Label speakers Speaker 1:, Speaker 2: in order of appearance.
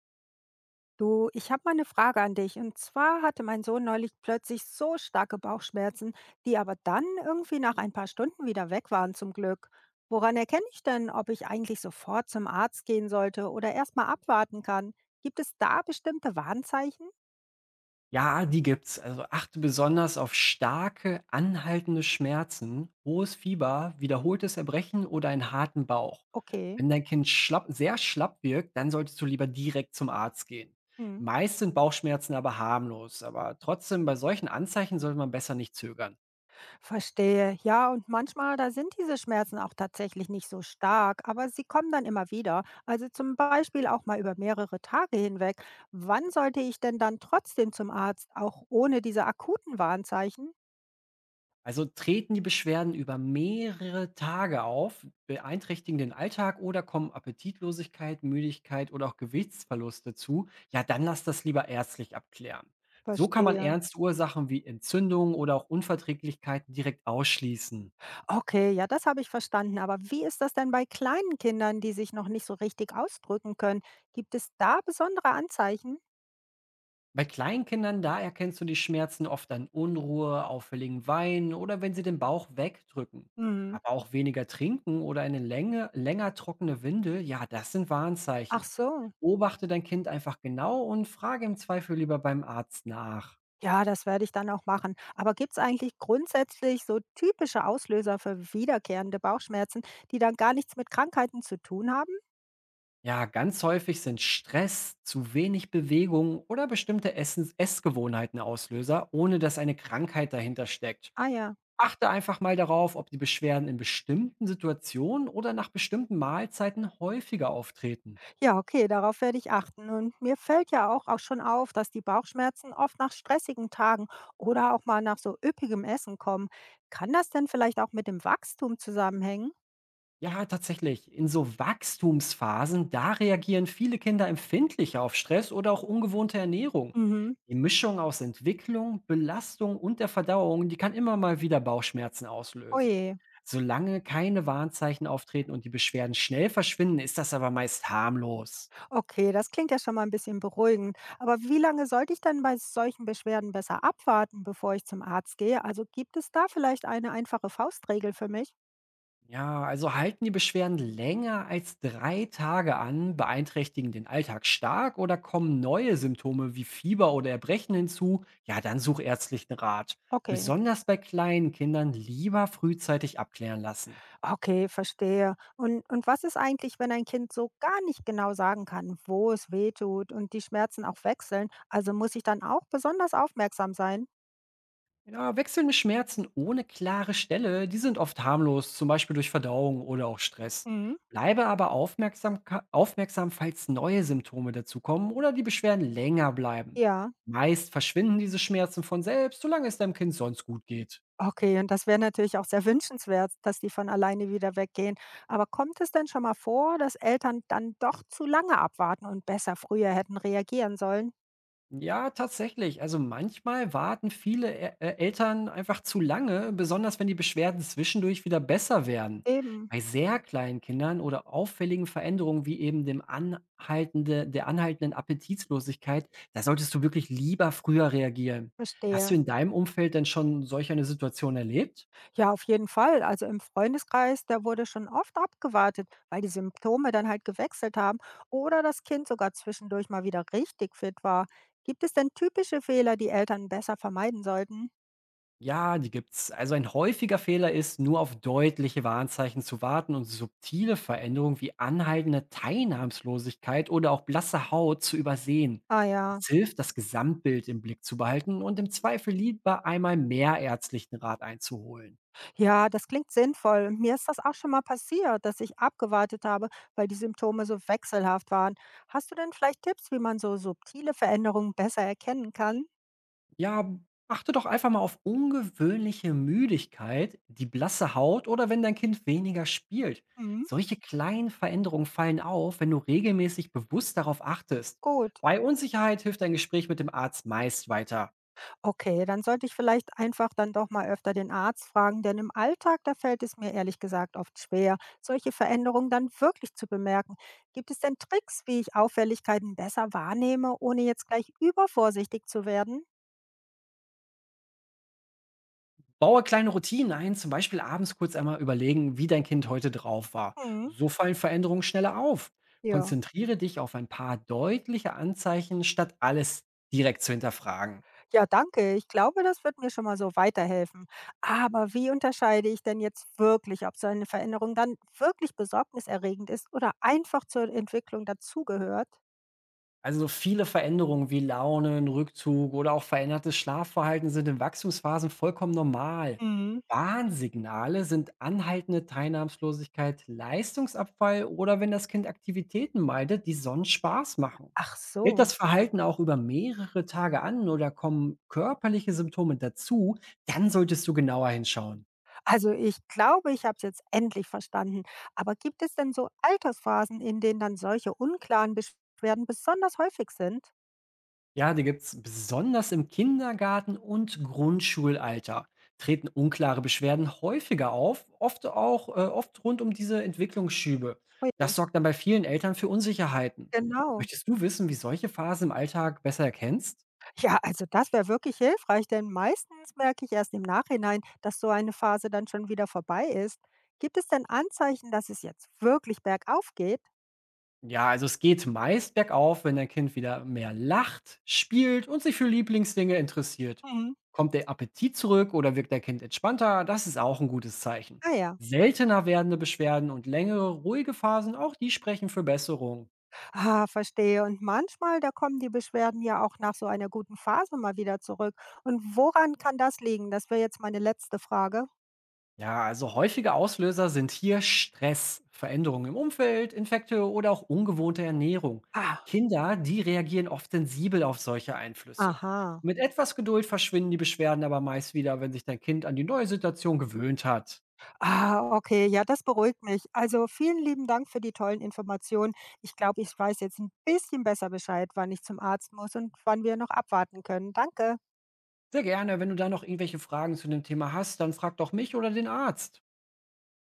Speaker 1: Du, ich habe mal eine Frage an dich. Und zwar hatte mein Sohn neulich plötzlich so starke Bauchschmerzen, die aber dann irgendwie nach ein paar Stunden wieder weg waren zum Glück. Woran erkenne ich denn, ob ich eigentlich sofort zum Arzt gehen sollte oder erst mal abwarten kann? Gibt es da bestimmte Warnzeichen?
Speaker 2: Ja, die gibt's. Also achte besonders auf starke, anhaltende Schmerzen, hohes Fieber, wiederholtes Erbrechen oder einen harten Bauch.
Speaker 1: Okay.
Speaker 2: Wenn dein Kind schlapp, sehr schlapp wirkt, dann solltest du lieber direkt zum Arzt gehen.
Speaker 1: Hm.
Speaker 2: Meist sind Bauchschmerzen aber harmlos, aber trotzdem bei solchen Anzeichen sollte man besser nicht zögern.
Speaker 1: Verstehe. Ja, und manchmal, da sind diese Schmerzen auch tatsächlich nicht so stark, aber sie kommen dann immer wieder. Also zum Beispiel auch mal über mehrere Tage hinweg. Wann sollte ich denn dann trotzdem zum Arzt, auch ohne diese akuten Warnzeichen?
Speaker 2: Also treten die Beschwerden über mehrere Tage auf, beeinträchtigen den Alltag oder kommen Appetitlosigkeit, Müdigkeit oder auch Gewichtsverluste zu, ja, dann lass das lieber ärztlich abklären. So kann man
Speaker 1: Verstehe.
Speaker 2: ernste Ursachen wie Entzündungen oder auch Unverträglichkeiten direkt ausschließen.
Speaker 1: Okay, ja, das habe ich verstanden. Aber wie ist das denn bei kleinen Kindern, die sich noch nicht so richtig ausdrücken können? Gibt es da besondere Anzeichen?
Speaker 2: Bei Kleinkindern, da erkennst du die Schmerzen oft an Unruhe, auffälligen Weinen oder wenn sie den Bauch wegdrücken.
Speaker 1: Mhm.
Speaker 2: Aber auch weniger trinken oder eine Länge, länger trockene Windel, ja, das sind
Speaker 1: Ach
Speaker 2: Warnzeichen.
Speaker 1: so.
Speaker 2: Beobachte dein Kind einfach genau und frage im Zweifel lieber beim Arzt nach.
Speaker 1: Ja, das werde ich dann auch machen. Aber gibt es eigentlich grundsätzlich so typische Auslöser für wiederkehrende Bauchschmerzen, die dann gar nichts mit Krankheiten zu tun haben?
Speaker 2: Ja, ganz häufig sind Stress, zu wenig Bewegung oder bestimmte Essens Essgewohnheiten Auslöser, ohne dass eine Krankheit dahinter steckt.
Speaker 1: Ah ja.
Speaker 2: Achte einfach mal darauf, ob die Beschwerden in bestimmten Situationen oder nach bestimmten Mahlzeiten häufiger auftreten.
Speaker 1: Ja, okay, darauf werde ich achten. Und mir fällt ja auch schon auf, dass die Bauchschmerzen oft nach stressigen Tagen oder auch mal nach so üppigem Essen kommen. Kann das denn vielleicht auch mit dem Wachstum zusammenhängen?
Speaker 2: Ja, tatsächlich. In so Wachstumsphasen, da reagieren viele Kinder empfindlicher auf Stress oder auch ungewohnte Ernährung.
Speaker 1: Mhm.
Speaker 2: Die Mischung aus Entwicklung, Belastung und der Verdauung, die kann immer mal wieder Bauchschmerzen auslösen.
Speaker 1: Oje.
Speaker 2: Solange keine Warnzeichen auftreten und die Beschwerden schnell verschwinden, ist das aber meist harmlos.
Speaker 1: Okay, das klingt ja schon mal ein bisschen beruhigend. Aber wie lange sollte ich denn bei solchen Beschwerden besser abwarten, bevor ich zum Arzt gehe? Also, gibt es da vielleicht eine einfache Faustregel für mich?
Speaker 2: Ja, also halten die Beschwerden länger als 3 Tage an, beeinträchtigen den Alltag stark oder kommen neue Symptome wie Fieber oder Erbrechen hinzu, ja, dann such ärztlichen Rat.
Speaker 1: Okay,
Speaker 2: Besonders bei kleinen Kindern lieber frühzeitig abklären lassen.
Speaker 1: okay, verstehe. Und was ist eigentlich, wenn ein Kind so gar nicht genau sagen kann, wo es wehtut und die Schmerzen auch wechseln? Also, muss ich dann auch besonders aufmerksam sein?
Speaker 2: Ja, wechselnde Schmerzen ohne klare Stelle, die sind oft harmlos, zum Beispiel durch Verdauung oder auch Stress.
Speaker 1: Mhm.
Speaker 2: Bleibe aber aufmerksam, falls neue Symptome dazukommen oder die Beschwerden länger bleiben.
Speaker 1: Ja.
Speaker 2: Meist verschwinden diese Schmerzen von selbst, solange es deinem Kind sonst gut geht.
Speaker 1: Okay, und das wäre natürlich auch sehr wünschenswert, dass die von alleine wieder weggehen. Aber kommt es denn schon mal vor, dass Eltern dann doch zu lange abwarten und besser früher hätten reagieren sollen?
Speaker 2: Ja, tatsächlich. Also manchmal warten viele Eltern einfach zu lange, besonders wenn die Beschwerden zwischendurch wieder besser werden.
Speaker 1: Eben,
Speaker 2: Bei sehr kleinen Kindern oder auffälligen Veränderungen wie eben dem anhaltende, der anhaltenden Appetitlosigkeit, da solltest du wirklich lieber früher reagieren. Hast du
Speaker 1: verstehe.
Speaker 2: in deinem Umfeld denn schon solch eine Situation erlebt?
Speaker 1: Ja, auf jeden Fall. Also im Freundeskreis, da wurde schon oft abgewartet, weil die Symptome dann halt gewechselt haben oder das Kind sogar zwischendurch mal wieder richtig fit war. Gibt es denn typische Fehler, die Eltern besser vermeiden sollten?
Speaker 2: Ja, die gibt's. Also ein häufiger Fehler ist, nur auf deutliche Warnzeichen zu warten und subtile Veränderungen wie anhaltende Teilnahmslosigkeit oder auch blasse Haut zu übersehen.
Speaker 1: Ah ja.
Speaker 2: Es hilft, das Gesamtbild im Blick zu behalten und im Zweifel lieber einmal mehr ärztlichen Rat einzuholen.
Speaker 1: Ja, das klingt sinnvoll. Und mir ist das auch schon mal passiert, dass ich abgewartet habe, weil die Symptome so wechselhaft waren. Hast du denn vielleicht Tipps, wie man so subtile Veränderungen besser erkennen kann?
Speaker 2: Ja, achte doch einfach mal auf ungewöhnliche Müdigkeit, die blasse Haut oder wenn dein Kind weniger spielt.
Speaker 1: Hm,
Speaker 2: Solche kleinen Veränderungen fallen auf, wenn du regelmäßig bewusst darauf achtest.
Speaker 1: gut.
Speaker 2: Bei Unsicherheit hilft ein Gespräch mit dem Arzt meist weiter.
Speaker 1: Okay, dann sollte ich vielleicht einfach dann doch mal öfter den Arzt fragen, denn im Alltag, da fällt es mir ehrlich gesagt oft schwer, solche Veränderungen dann wirklich zu bemerken. Gibt es denn Tricks, wie ich Auffälligkeiten besser wahrnehme, ohne jetzt gleich übervorsichtig zu werden?
Speaker 2: Baue kleine Routinen ein, zum Beispiel abends kurz einmal überlegen, wie dein Kind heute drauf war.
Speaker 1: Hm,
Speaker 2: So fallen Veränderungen schneller auf.
Speaker 1: ja.
Speaker 2: Konzentriere dich auf ein paar deutliche Anzeichen, statt alles direkt zu hinterfragen.
Speaker 1: Ja, danke. Ich glaube, das wird mir schon mal so weiterhelfen. Aber wie unterscheide ich denn jetzt wirklich, ob so eine Veränderung dann wirklich besorgniserregend ist oder einfach zur Entwicklung dazugehört?
Speaker 2: Also so viele Veränderungen wie Launen, Rückzug oder auch verändertes Schlafverhalten sind in Wachstumsphasen vollkommen normal.
Speaker 1: Mhm.
Speaker 2: Warnsignale sind anhaltende Teilnahmslosigkeit, Leistungsabfall oder wenn das Kind Aktivitäten meidet, die sonst Spaß machen.
Speaker 1: Ach
Speaker 2: Hält
Speaker 1: so.
Speaker 2: das Verhalten auch über mehrere Tage an oder kommen körperliche Symptome dazu, dann solltest du genauer hinschauen.
Speaker 1: Also ich glaube, ich habe es jetzt endlich verstanden. Aber gibt es denn so Altersphasen, in denen dann solche unklaren Beschwerden besonders häufig sind?
Speaker 2: Ja, die gibt's besonders im Kindergarten und Grundschulalter. Treten unklare Beschwerden häufiger auf, oft auch oft rund um diese Entwicklungsschübe.
Speaker 1: Oh ja,
Speaker 2: Das sorgt dann bei vielen Eltern für Unsicherheiten.
Speaker 1: genau.
Speaker 2: Möchtest du wissen, wie solche Phasen im Alltag besser erkennst?
Speaker 1: Ja, also das wäre wirklich hilfreich, denn meistens merke ich erst im Nachhinein, dass so eine Phase dann schon wieder vorbei ist. Gibt es denn Anzeichen, dass es jetzt wirklich bergauf geht?
Speaker 2: Ja, also es geht meist bergauf, wenn dein Kind wieder mehr lacht, spielt und sich für Lieblingsdinge interessiert.
Speaker 1: Mhm.
Speaker 2: Kommt der Appetit zurück oder wirkt dein Kind entspannter, das ist auch ein gutes Zeichen.
Speaker 1: Ah ja,
Speaker 2: Seltener werdende Beschwerden und längere ruhige Phasen, auch die sprechen für Besserung.
Speaker 1: ah, verstehe. Und manchmal, da kommen die Beschwerden ja auch nach so einer guten Phase mal wieder zurück. Und woran kann das liegen? Das wäre jetzt meine letzte Frage.
Speaker 2: Ja, also häufige Auslöser sind hier Stress, Veränderungen im Umfeld, Infekte oder auch ungewohnte Ernährung.
Speaker 1: Ah,
Speaker 2: Kinder, die reagieren oft sensibel auf solche Einflüsse.
Speaker 1: aha.
Speaker 2: Mit etwas Geduld verschwinden die Beschwerden aber meist wieder, wenn sich dein Kind an die neue Situation gewöhnt hat.
Speaker 1: Ah, okay, ja, das beruhigt mich. Also vielen lieben Dank für die tollen Informationen. Ich glaube, ich weiß jetzt ein bisschen besser Bescheid, wann ich zum Arzt muss und wann wir noch abwarten können. Danke.
Speaker 2: Sehr gerne, wenn du da noch irgendwelche Fragen zu dem Thema hast, dann frag doch mich oder den Arzt.